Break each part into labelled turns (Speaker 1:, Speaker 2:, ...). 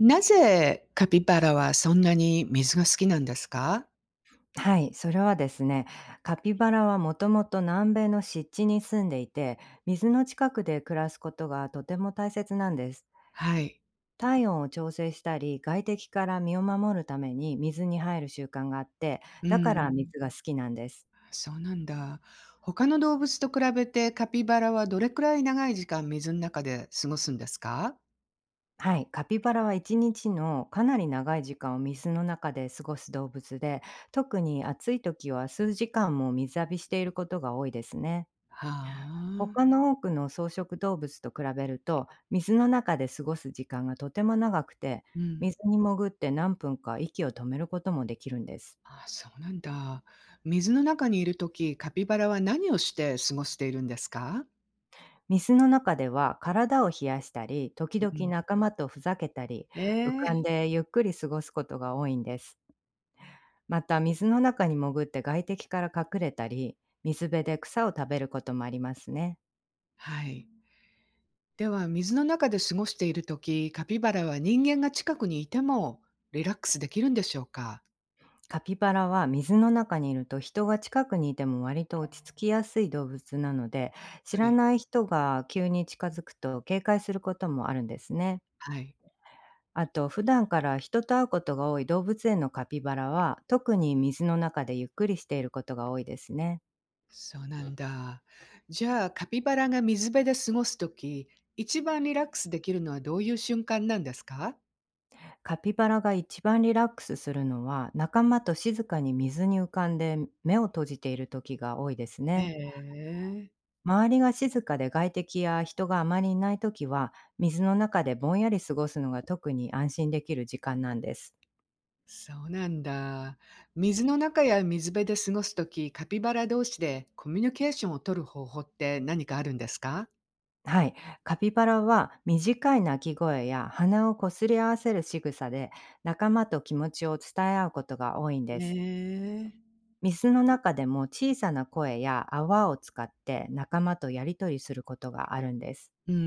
Speaker 1: なぜカピバラはそんなに水が好きなんですか？
Speaker 2: はい、それはですね、カピバラはもともと南米の湿地に住んでいて、水の近くで暮らすことがとても大切なんです。
Speaker 1: はい。
Speaker 2: 体温を調整したり、外敵から身を守るために水に入る習慣があって、
Speaker 1: う
Speaker 2: だから
Speaker 1: ん。
Speaker 2: 水が好きなんです。
Speaker 1: そうなんだ。他の動物と比べてカピバラはどれくらい長い時間水の中で過ごすんですか？
Speaker 2: はい、カピバラは一日のかなり長い時間を水の中で過ごす動物で、特に暑い時は数時間も水浴びしていることが多いですね。
Speaker 1: はあ。
Speaker 2: 他の多くの草食動物と比べると、水の中で過ごす時間がとても長くて、
Speaker 1: うん。
Speaker 2: 水に潜って何分か息を止めることもできるんです。
Speaker 1: あ、そうなんだ。水の中にいるときカピバラは何をして過ごしているんですか？
Speaker 2: 水の中では体を冷やしたり、時
Speaker 1: う
Speaker 2: 々
Speaker 1: ん。
Speaker 2: 仲間とふざけたり、
Speaker 1: え
Speaker 2: 浮かん
Speaker 1: え。
Speaker 2: でゆっくり過ごすことが多いんです。また水の中に潜って外敵から隠れたり、水辺で草を食べることもありますね。
Speaker 1: はい。では、水の中で過ごしているときカピバラは人間が近くにいてもリラックスできるんでしょうか？
Speaker 2: カピバラは水の中にいると人が近くにいても割と落ち着きやすい動物なので、知
Speaker 1: は
Speaker 2: ら
Speaker 1: い。
Speaker 2: ない人が急に近づくと警戒することもあるんですね。
Speaker 1: はい、
Speaker 2: あと、普段から人と会うことが多い動物園のカピバラは、特に水の中でゆっくりしていることが多いですね。
Speaker 1: そうなんだ。じゃあ、カピバラが水辺で過ごすとき、一番リラックスできるのはどういう瞬間なんですか？
Speaker 2: カピバラが一番リラックスするのは、仲間と静かに水に浮かんで目を閉じている時が多いですね。
Speaker 1: ええ、
Speaker 2: 周りが静かで外敵や人があまりいないときは、水の中でぼんやり過ごすのが特に安心できる時間なんです。
Speaker 1: そうなんだ。水の中や水辺で過ごすとき、カピバラ同士でコミュニケーションを取る方法って何かあるんですか？
Speaker 2: はい。カピバラは短い鳴き声や鼻をこすり合わせる仕草で、仲間と気持ちを伝え合うことが多いん
Speaker 1: え
Speaker 2: です。
Speaker 1: え、
Speaker 2: 水の中でも小さな声や泡を使って仲間とやりとりすることがあるんです。
Speaker 1: うんう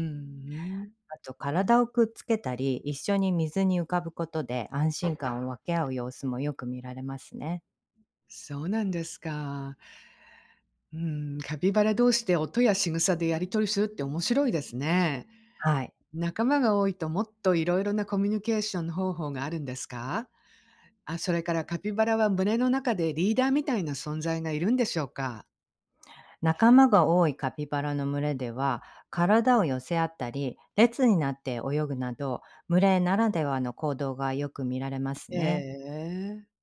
Speaker 1: ん、
Speaker 2: あと、体をくっつけたり一緒に水に浮かぶことで安心感を分け合う様子もよく見られますね。
Speaker 1: そうなんですか。うん、カピバラ同士で音や仕草でやり取りするって面白いですね。
Speaker 2: はい。
Speaker 1: 仲間が多いともっといろいろなコミュニケーション方法があるんですか。あ、それからカピバラは群れの中でリーダーみたいな存在がいるんでしょうか。
Speaker 2: 仲間が多いカピバラの群れでは、体を寄せ合ったり、列になって泳ぐなど、群れならではの行動がよく見られますね。
Speaker 1: ええ、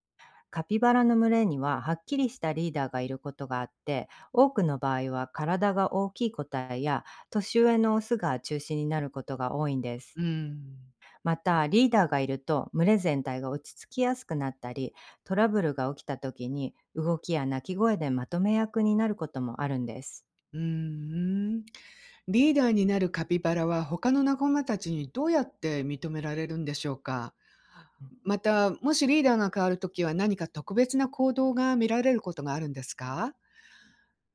Speaker 2: カピバラの群れにははっきりしたリーダーがいることがあって、多くの場合は体が大きい個体や年上のオスが中心になることが多いんです。
Speaker 1: うん。
Speaker 2: また、リーダーがいると群れ全体が落ち着きやすくなったり、トラブルが起きた時に動きや鳴き声でまとめ役になることもあるんです。
Speaker 1: うーん。リーダーになるカピバラは他の仲間たちにどうやって認められるんでしょうか。また、もしリーダーが変わるときは何か特別な行動が見られることがあるんですか。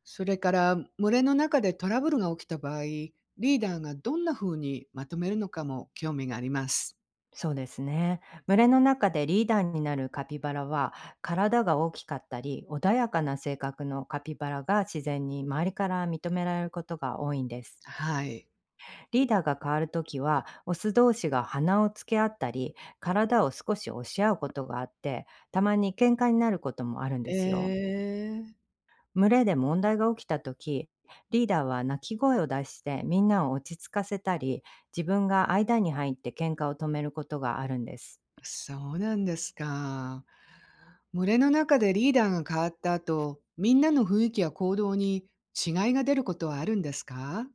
Speaker 1: それから群れの中でトラブルが起きた場合、リーダーがどんな風にまとめるのかも興味があります。
Speaker 2: そうですね。群れの中でリーダーになるカピバラは、体が大きかったり、穏やかな性格のカピバラが自然に周りから認められることが多いんです。
Speaker 1: はい。
Speaker 2: リーダーが変わるときは、オス同士が鼻をつけ合ったり、体を少し押し合うことがあって、たまに喧嘩になることもあるんですよ。
Speaker 1: ええ、
Speaker 2: 群れで問題が起きたとき、リーダーは鳴き声を出してみんなを落ち着かせたり、自分が間に入って喧嘩を止めることがあるんです。
Speaker 1: そうなんですか。群れの中でリーダーが変わった後、みんなの雰囲気や行動に違いが出ることはあるんですか。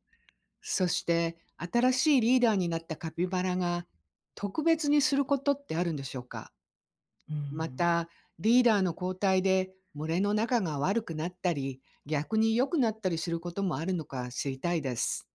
Speaker 1: そして新しいリーダーになったカピバラが特別にすることってあるんでしょうか。
Speaker 2: う
Speaker 1: ま
Speaker 2: ん
Speaker 1: た、リーダーの交代で群れの仲が悪くなったり、逆に良くなったりすることもあるのか知りたいです。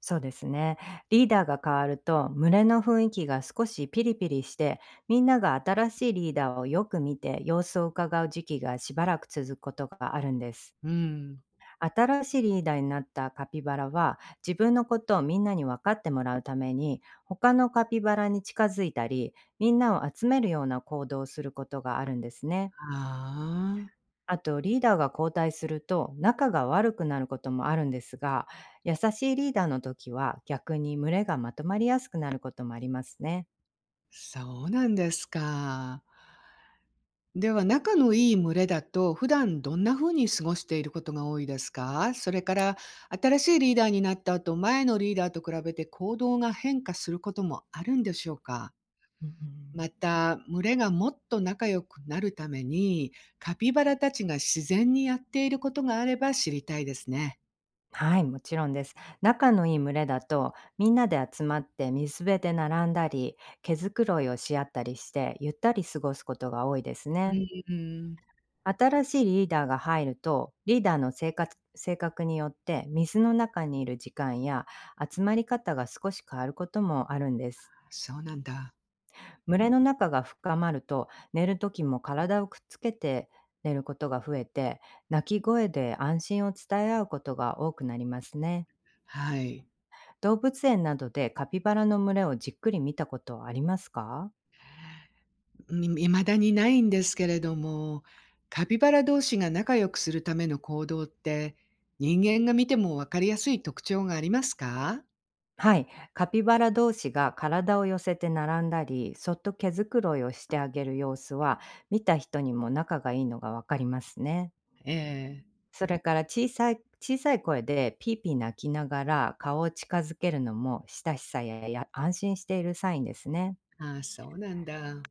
Speaker 2: そうですね。リーダーが変わると、群れの雰囲気が少しピリピリして、みんなが新しいリーダーをよく見て様子を伺う時期がしばらく続くことがあるんです。
Speaker 1: うん。
Speaker 2: 新しいリーダーになったカピバラは、自分のことをみんなに分かってもらうために、他のカピバラに近づいたり、みんなを集めるような行動をすることがあるんですね。
Speaker 1: ああ、
Speaker 2: あと、リーダーが交代すると仲が悪くなることもあるんですが、優しいリーダーの時は逆に群れがまとまりやすくなることもありますね。
Speaker 1: そうなんですか。では、仲のいい群れだと、普段どんな風に過ごしていることが多いですか？それから、新しいリーダーになった後、前のリーダーと比べて行動が変化することもあるんでしょうか？
Speaker 2: うんう
Speaker 1: ま
Speaker 2: ん
Speaker 1: た、群れがもっと仲良くなるために、カピバラたちが自然にやっていることがあれば知りたいですね。
Speaker 2: はい、もちろんです。仲のいい群れだと、みんなで集まって水辺で並んだり、毛づくろいをし合ったりしてゆったり過ごすことが多いですね。
Speaker 1: うん。
Speaker 2: 新しいリーダーが入ると、リーダーの性格によって水の中にいる時間や集まり方が少し変わることもあるんです。
Speaker 1: そうなんだ。
Speaker 2: 群れの中が深まると、寝る時も体をくっつけて寝ることが増えて、鳴き声で安心を伝え合うことが多くなりますね。
Speaker 1: はい。
Speaker 2: 動物園などでカピバラの群れをじっくり見たことはありますか？
Speaker 1: い未だにないんですけれども、カピバラ同士が仲良くするための行動って、人間が見てもわかりやすい特徴がありますか？
Speaker 2: はい。カピバラ同士が体を寄せて並んだり、そっと毛づくろいをしてあげる様子は、見た人にも仲がいいのがわかりますね。
Speaker 1: ええ。
Speaker 2: それから、小さい小さい声でピーピー泣きながら顔を近づけるのも、親しさや安心しているサインですね。
Speaker 1: ああ、そうなんだ。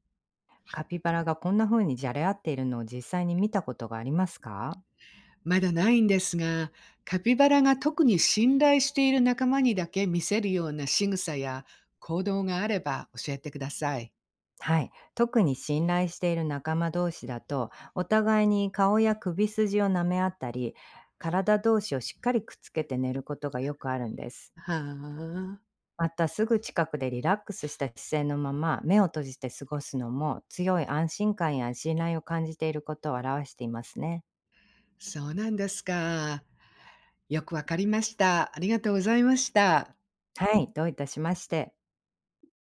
Speaker 2: カピバラがこんな風にじゃれ合っているのを実際に見たことがありますか？
Speaker 1: まだないんですが、カピバラが特に信頼している仲間にだけ見せるような仕草や行動があれば教えてください。
Speaker 2: はい。特に信頼している仲間同士だと、お互いに顔や首筋を舐め合ったり、体同士をしっかりくっつけて寝ることがよくあるんです。
Speaker 1: はあ、
Speaker 2: また、すぐ近くでリラックスした姿勢のまま、目を閉じて過ごすのも、強い安心感や信頼を感じていることを表していますね。
Speaker 1: そうなんですか。よくわかりました。ありがとうございました。
Speaker 2: はい、どういたしまして。